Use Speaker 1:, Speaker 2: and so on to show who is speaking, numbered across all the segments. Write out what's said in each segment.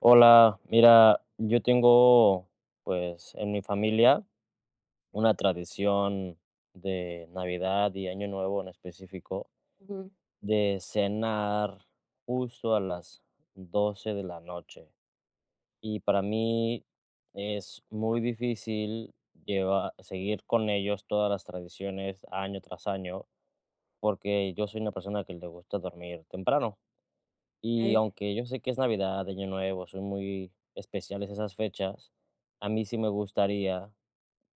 Speaker 1: Hola, mira, yo tengo, pues, en mi familia una tradición de Navidad y Año Nuevo en específico,
Speaker 2: Ujú,
Speaker 1: de cenar justo a las 12 de la noche. Y para mí es muy difícil seguir con ellos todas las tradiciones año tras año, porque yo soy una persona que le gusta dormir temprano. Y
Speaker 2: okey,
Speaker 1: aunque yo sé que es Navidad, Año Nuevo, son muy especiales esas fechas, a mí sí me gustaría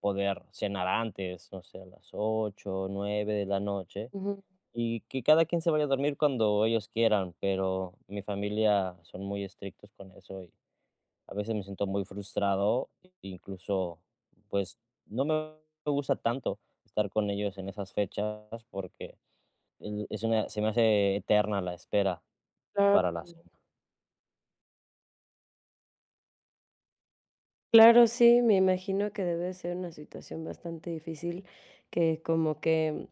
Speaker 1: poder cenar antes, no sé, a las 8, 9 de la noche,
Speaker 2: ujú,
Speaker 1: y que cada quien se vaya a dormir cuando ellos quieran, pero mi familia son muy estrictos con eso y a veces me siento muy frustrado, e incluso, pues, no me gusta tanto estar con ellos en esas fechas porque el es una se me hace eterna la espera
Speaker 2: claro.
Speaker 1: para la cena.
Speaker 2: Claro, sí, me imagino que debe de ser una situación bastante difícil, que como que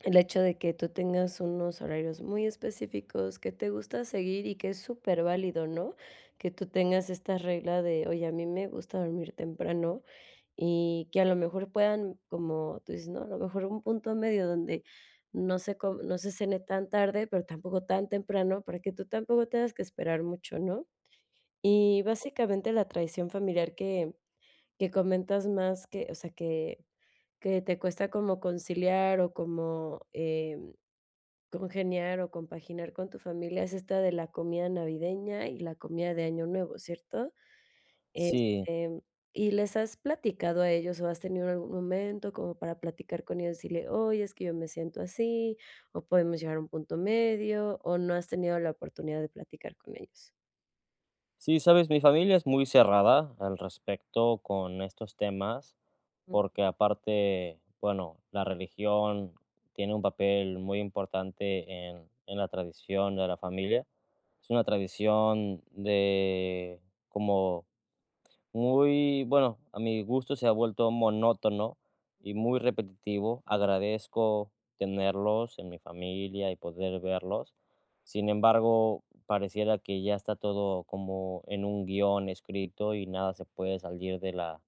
Speaker 2: el hecho de que tú tengas unos horarios muy específicos que te gusta seguir y que es superválido, ¿no? Que tú tengas esta regla de: "Oye, a mí me gusta dormir temprano", y que a lo mejor puedan, como tú dices, ¿no? A lo mejor un punto medio donde no se cene tan tarde, pero tampoco tan temprano, para que tú tampoco tengas que esperar mucho, ¿no? Y básicamente la traición familiar que comentas más que, o sea, que te cuesta como conciliar o como, congeniar o compaginar con tu familia es esta de la comida navideña y la comida de Año Nuevo, ¿cierto?
Speaker 1: Sí.
Speaker 2: Este, ¿y les has platicado a ellos o has tenido algún momento como para platicar con ellos y decirle: "Oye, es que yo me siento así, o podemos llegar a un punto medio", o no has tenido la oportunidad de platicar con ellos?
Speaker 1: Sí, sabes, mi familia es muy cerrada al respecto con estos temas, porque aparte, bueno, la religión tiene un papel muy importante en la tradición de la familia. Es una tradición de como muy, bueno, a mi gusto se ha vuelto monótono y muy repetitivo. Agradezco tenerlos en mi familia y poder verlos. Sin embargo, pareciera que ya está todo como en un guión escrito y nada se puede salir de la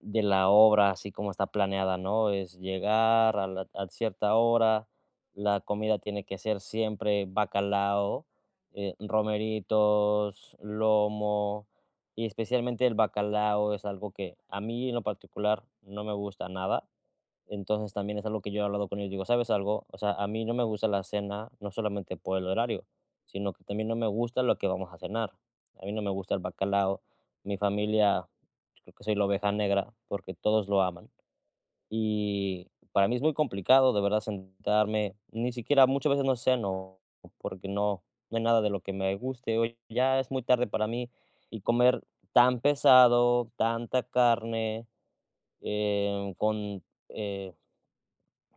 Speaker 1: obra, así como está planeada, ¿no? Es llegar a cierta hora, la comida tiene que ser siempre bacalao, romeritos, lomo, y especialmente el bacalao es algo que a mí en lo particular no me gusta nada. Entonces también es algo que yo he hablado con ellos, digo, ¿sabes algo? O sea, a mí no me gusta la cena, no solamente por el horario, sino que también no me gusta lo que vamos a cenar. A mí no me gusta el bacalao. Mi familia. Creo que soy la oveja negra porque todos lo aman. Y para mí es muy complicado, de verdad, sentarme. Ni siquiera muchas veces no ceno porque no hay nada de lo que me guste. Hoy ya es muy tarde para mí y comer tan pesado, tanta carne, con, eh,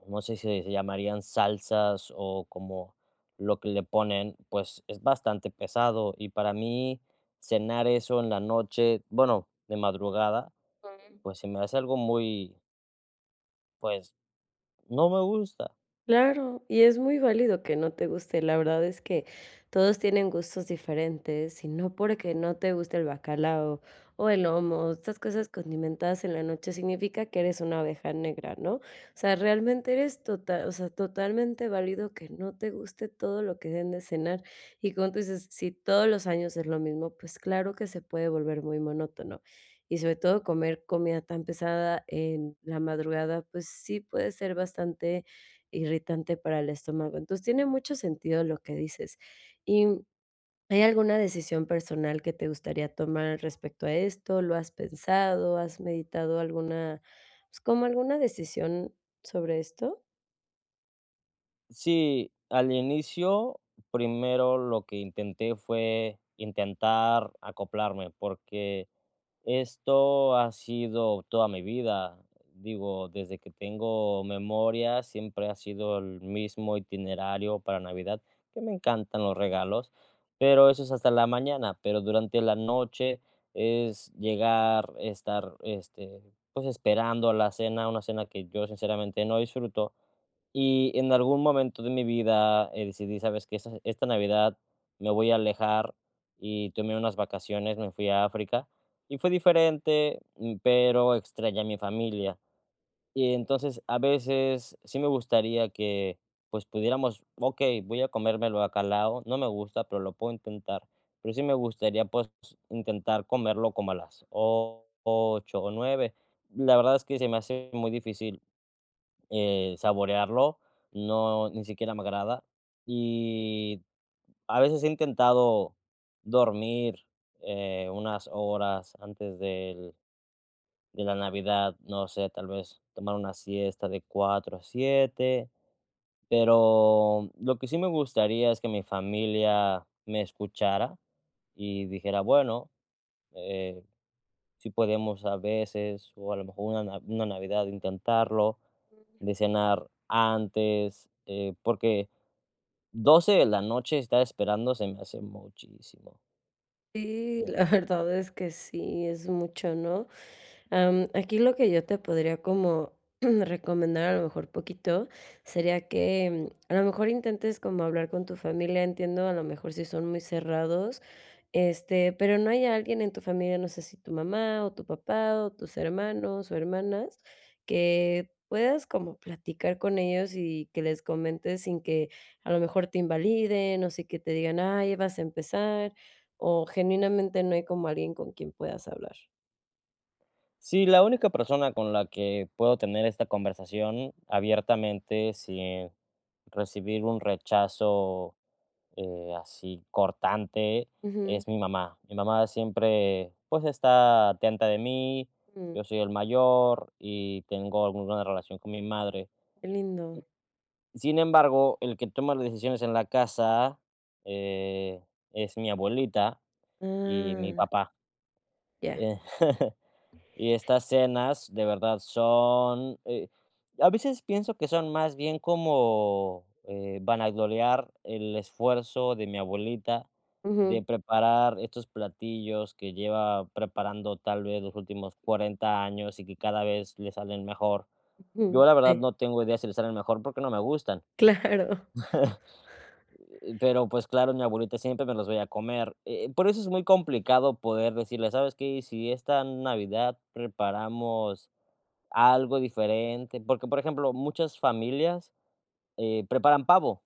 Speaker 1: no sé si se llamarían salsas o como lo que le ponen, pues es bastante pesado. Y para mí cenar eso en la noche, bueno, de madrugada,
Speaker 2: Ujú.
Speaker 1: pues, se me hace algo muy, pues, no me gusta.
Speaker 2: Claro, y es muy válido que no te guste. La verdad es que todos tienen gustos diferentes, y no porque no te guste el bacalao o el lomo, estas cosas condimentadas en la noche significa que eres una abeja negra, ¿no? O sea, realmente eres total, o sea, totalmente válido que no te guste todo lo que den de cenar. Y como tú dices, si todos los años es lo mismo, pues claro que se puede volver muy monótono. Y sobre todo comer comida tan pesada en la madrugada, pues sí puede ser bastante irritante para el estómago. Entonces, tiene mucho sentido lo que dices. ¿Y hay alguna decisión personal que te gustaría tomar respecto a esto? ¿Lo has pensado? ¿Has meditado alguna, pues, como alguna decisión sobre esto?
Speaker 1: Sí, al inicio, primero lo que intenté fue intentar acoplarme, porque esto ha sido toda mi vida. Digo, desde que tengo memoria, siempre ha sido el mismo itinerario para Navidad, que me encantan los regalos, pero eso es hasta la mañana, pero durante la noche es llegar, estar, este, pues esperando a la cena, una cena que yo sinceramente no disfruto, y en algún momento de mi vida, decidí, ¿sabes que esta Navidad me voy a alejar? Y tomé unas vacaciones, me fui a África, y fue diferente, pero extrañé a mi familia. Y entonces, a veces sí me gustaría que, pues, pudiéramos, okey, voy a comerme el bacalao, no me gusta, pero lo puedo intentar. Pero sí me gustaría, pues, intentar comerlo como a las 8 o nueve. La verdad es que se me hace muy difícil saborearlo, no, ni siquiera me agrada. Y a veces he intentado dormir, unas horas antes de la Navidad, no sé, tal vez tomar una siesta de 4 a 7, pero lo que sí me gustaría es que mi familia me escuchara y dijera, bueno, eh, sí podemos a veces, o a lo mejor una Navidad intentarlo, de cenar antes, porque 12 de la noche estar esperando se me hace muchísimo,
Speaker 2: Sí, la
Speaker 1: mucho.
Speaker 2: verdad es que sí, es mucho, ¿no? Aquí lo que yo te podría como recomendar a lo mejor poquito sería que, a lo mejor intentes como hablar con tu familia. Entiendo a lo mejor si son muy cerrados. Este, pero no hay alguien en tu familia, no sé si tu mamá o tu papá o tus hermanos o hermanas, que puedas como platicar con ellos y que les comentes sin que a lo mejor te invaliden o sí que te digan, ay, vas a empezar, o genuinamente no hay como alguien con quien puedas hablar.
Speaker 1: Sí, la única persona con la que puedo tener esta conversación abiertamente sin recibir un rechazo, así cortante,
Speaker 2: Ujú,
Speaker 1: es mi mamá. Mi mamá siempre, pues, está atenta de mí,
Speaker 2: mm,
Speaker 1: yo soy el mayor y tengo alguna relación con mi madre.
Speaker 2: qué lindo.
Speaker 1: Sin embargo, el que toma las decisiones en la casa, eh, es mi abuelita y mi
Speaker 2: Ah,
Speaker 1: papá.
Speaker 2: ya.
Speaker 1: Eh, Y estas cenas de verdad son, a veces pienso que son más bien como, vanagloriar el esfuerzo de mi abuelita
Speaker 2: Ujú,
Speaker 1: de preparar estos platillos que lleva preparando tal vez los últimos 40 años y que cada vez le salen mejor.
Speaker 2: ujú,
Speaker 1: Yo la verdad
Speaker 2: sí,
Speaker 1: no tengo idea si le salen mejor porque no me gustan
Speaker 2: claro.
Speaker 1: eh, Pero pues claro, mi abuelita siempre me los veía comer. Por eso es muy complicado poder decirle, ¿sabes qué? Si esta Navidad preparamos algo diferente, porque por ejemplo, muchas familias, preparan pavo.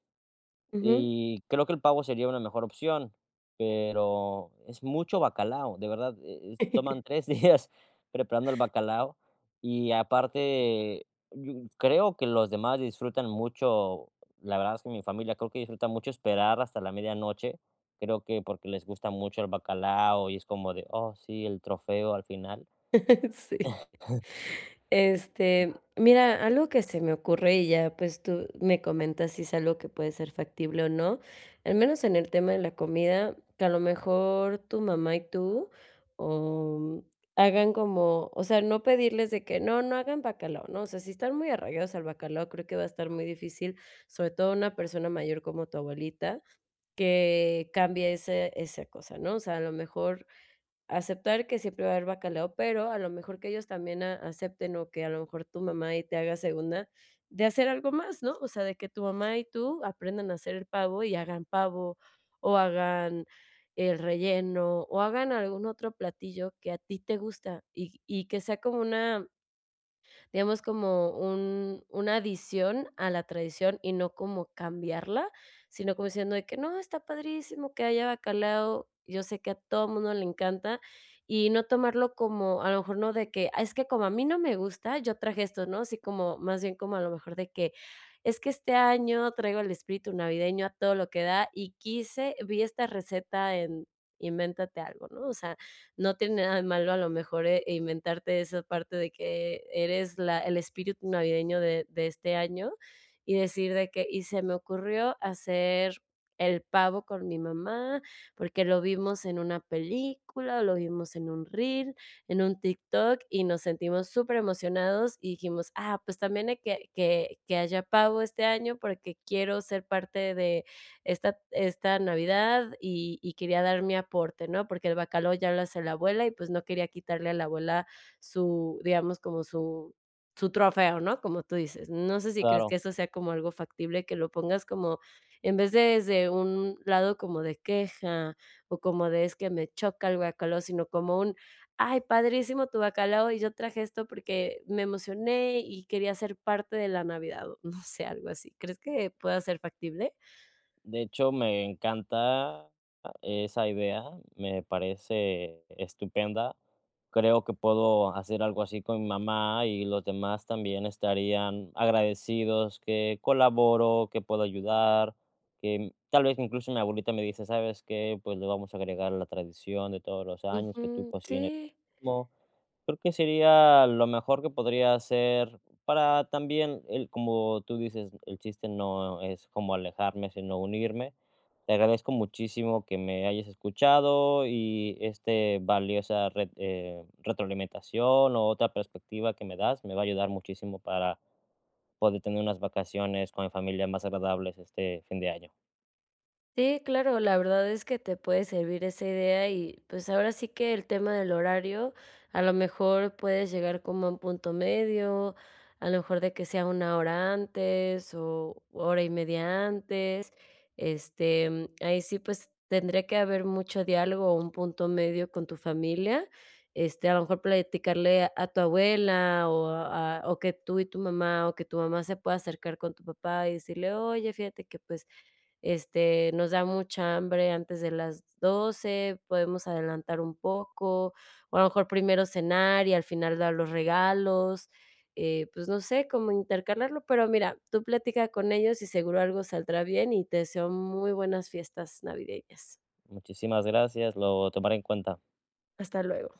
Speaker 2: Ujú.
Speaker 1: Y creo que el pavo sería una mejor opción, pero es mucho bacalao, de verdad, es toman 3 días preparando el bacalao, y aparte, yo creo que los demás disfrutan mucho, la verdad es que mi familia creo que disfruta mucho esperar hasta la medianoche, creo que porque les gusta mucho el bacalao y es como de: "Oh, sí, el trofeo al final".
Speaker 2: Sí. Este, mira, algo que se me ocurre y ya, pues tú me comentas si es algo que puede ser factible o no, al menos en el tema de la comida, que a lo mejor tu mamá y tú, o, hagan como, o sea, no pedirles de que no, no hagan bacalao, ¿no? O sea, si están muy arraigados al bacalao, creo que va a estar muy difícil, sobre todo una persona mayor como tu abuelita, que cambie ese, esa cosa, ¿no? O sea, a lo mejor aceptar que siempre va a haber bacalao, pero a lo mejor que ellos también a acepten, o que a lo mejor tu mamá ahí te haga segunda de hacer algo más, ¿no? O sea, de que tu mamá y tú aprendan a hacer el pavo y hagan pavo, o hagan el relleno, o hagan algún otro platillo que a ti te gusta, y que sea como una, digamos, como un una adición a la tradición y no como cambiarla, sino como diciendo de que: "No, está padrísimo que haya bacalao, yo sé que a todo mundo le encanta", y no tomarlo como, a lo mejor no de que: "Ah, es que como a mí no me gusta, yo traje esto", ¿no? Así como, más bien como a lo mejor de que: "Es que este año traigo el espíritu navideño a todo lo que da y quise vi esta receta en invéntate algo", ¿no? O sea, no tiene nada de malo a lo mejor, e inventarte esa parte de que eres la el espíritu navideño de este año, y decir de que: "Y se me ocurrió hacer el pavo con mi mamá, porque lo vimos en una película, lo vimos en un reel, en un TikTok, y nos sentimos súper emocionados y dijimos: "Ah, pues también hay que haya pavo este año, porque quiero ser parte de esta Navidad y quería dar mi aporte, ¿no? Porque el bacalao ya lo hace la abuela y pues no quería quitarle a la abuela su, digamos, como su trofeo, ¿no? Como tú dices. No sé si crees que
Speaker 1: Claro.
Speaker 2: eso sea como algo factible, que lo pongas como, en vez de desde un lado como de queja o como de es que me choca el bacalao, sino como un, ay, padrísimo tu bacalao y yo traje esto porque me emocioné y quería ser parte de la Navidad, o no sé, algo así. ¿Crees que pueda ser factible?
Speaker 1: De hecho, me encanta esa idea, me parece estupenda. Creo que puedo hacer algo así con mi mamá y los demás también estarían agradecidos que colaboro, que puedo ayudar, que tal vez incluso mi abuelita me dice, ¿sabes qué? Pues le vamos a agregar la tradición de todos los años, que tú
Speaker 2: Ujú,
Speaker 1: cocines lo
Speaker 2: sí.
Speaker 1: mismo. Creo que sería lo mejor que podría hacer para también, el como tú dices, el chiste no es como alejarme, sino unirme. Te agradezco muchísimo que me hayas escuchado y este valiosa retroalimentación o otra perspectiva que me das me va a ayudar muchísimo para poder tener unas vacaciones con mi familia más agradables este fin de año.
Speaker 2: Sí, claro, la verdad es que te puede servir esa idea y pues ahora sí que el tema del horario, a lo mejor puedes llegar como a un punto medio, a lo mejor de que sea una hora antes o hora y media antes, este, ahí sí pues tendría que haber mucho diálogo o un punto medio con tu familia, este, a lo mejor platicarle a tu abuela o, a- o que tú y tu mamá o que tu mamá se pueda acercar con tu papá y decirle, oye, fíjate que pues este, nos da mucha hambre antes de las 12 podemos adelantar un poco, o a lo mejor primero cenar y al final dar los regalos, pues, no sé, cómo intercalarlo, pero mira, tú platica con ellos y seguro algo saldrá bien y te deseo muy buenas fiestas navideñas.
Speaker 1: Muchísimas gracias, lo tomaré en cuenta.
Speaker 2: Hasta luego.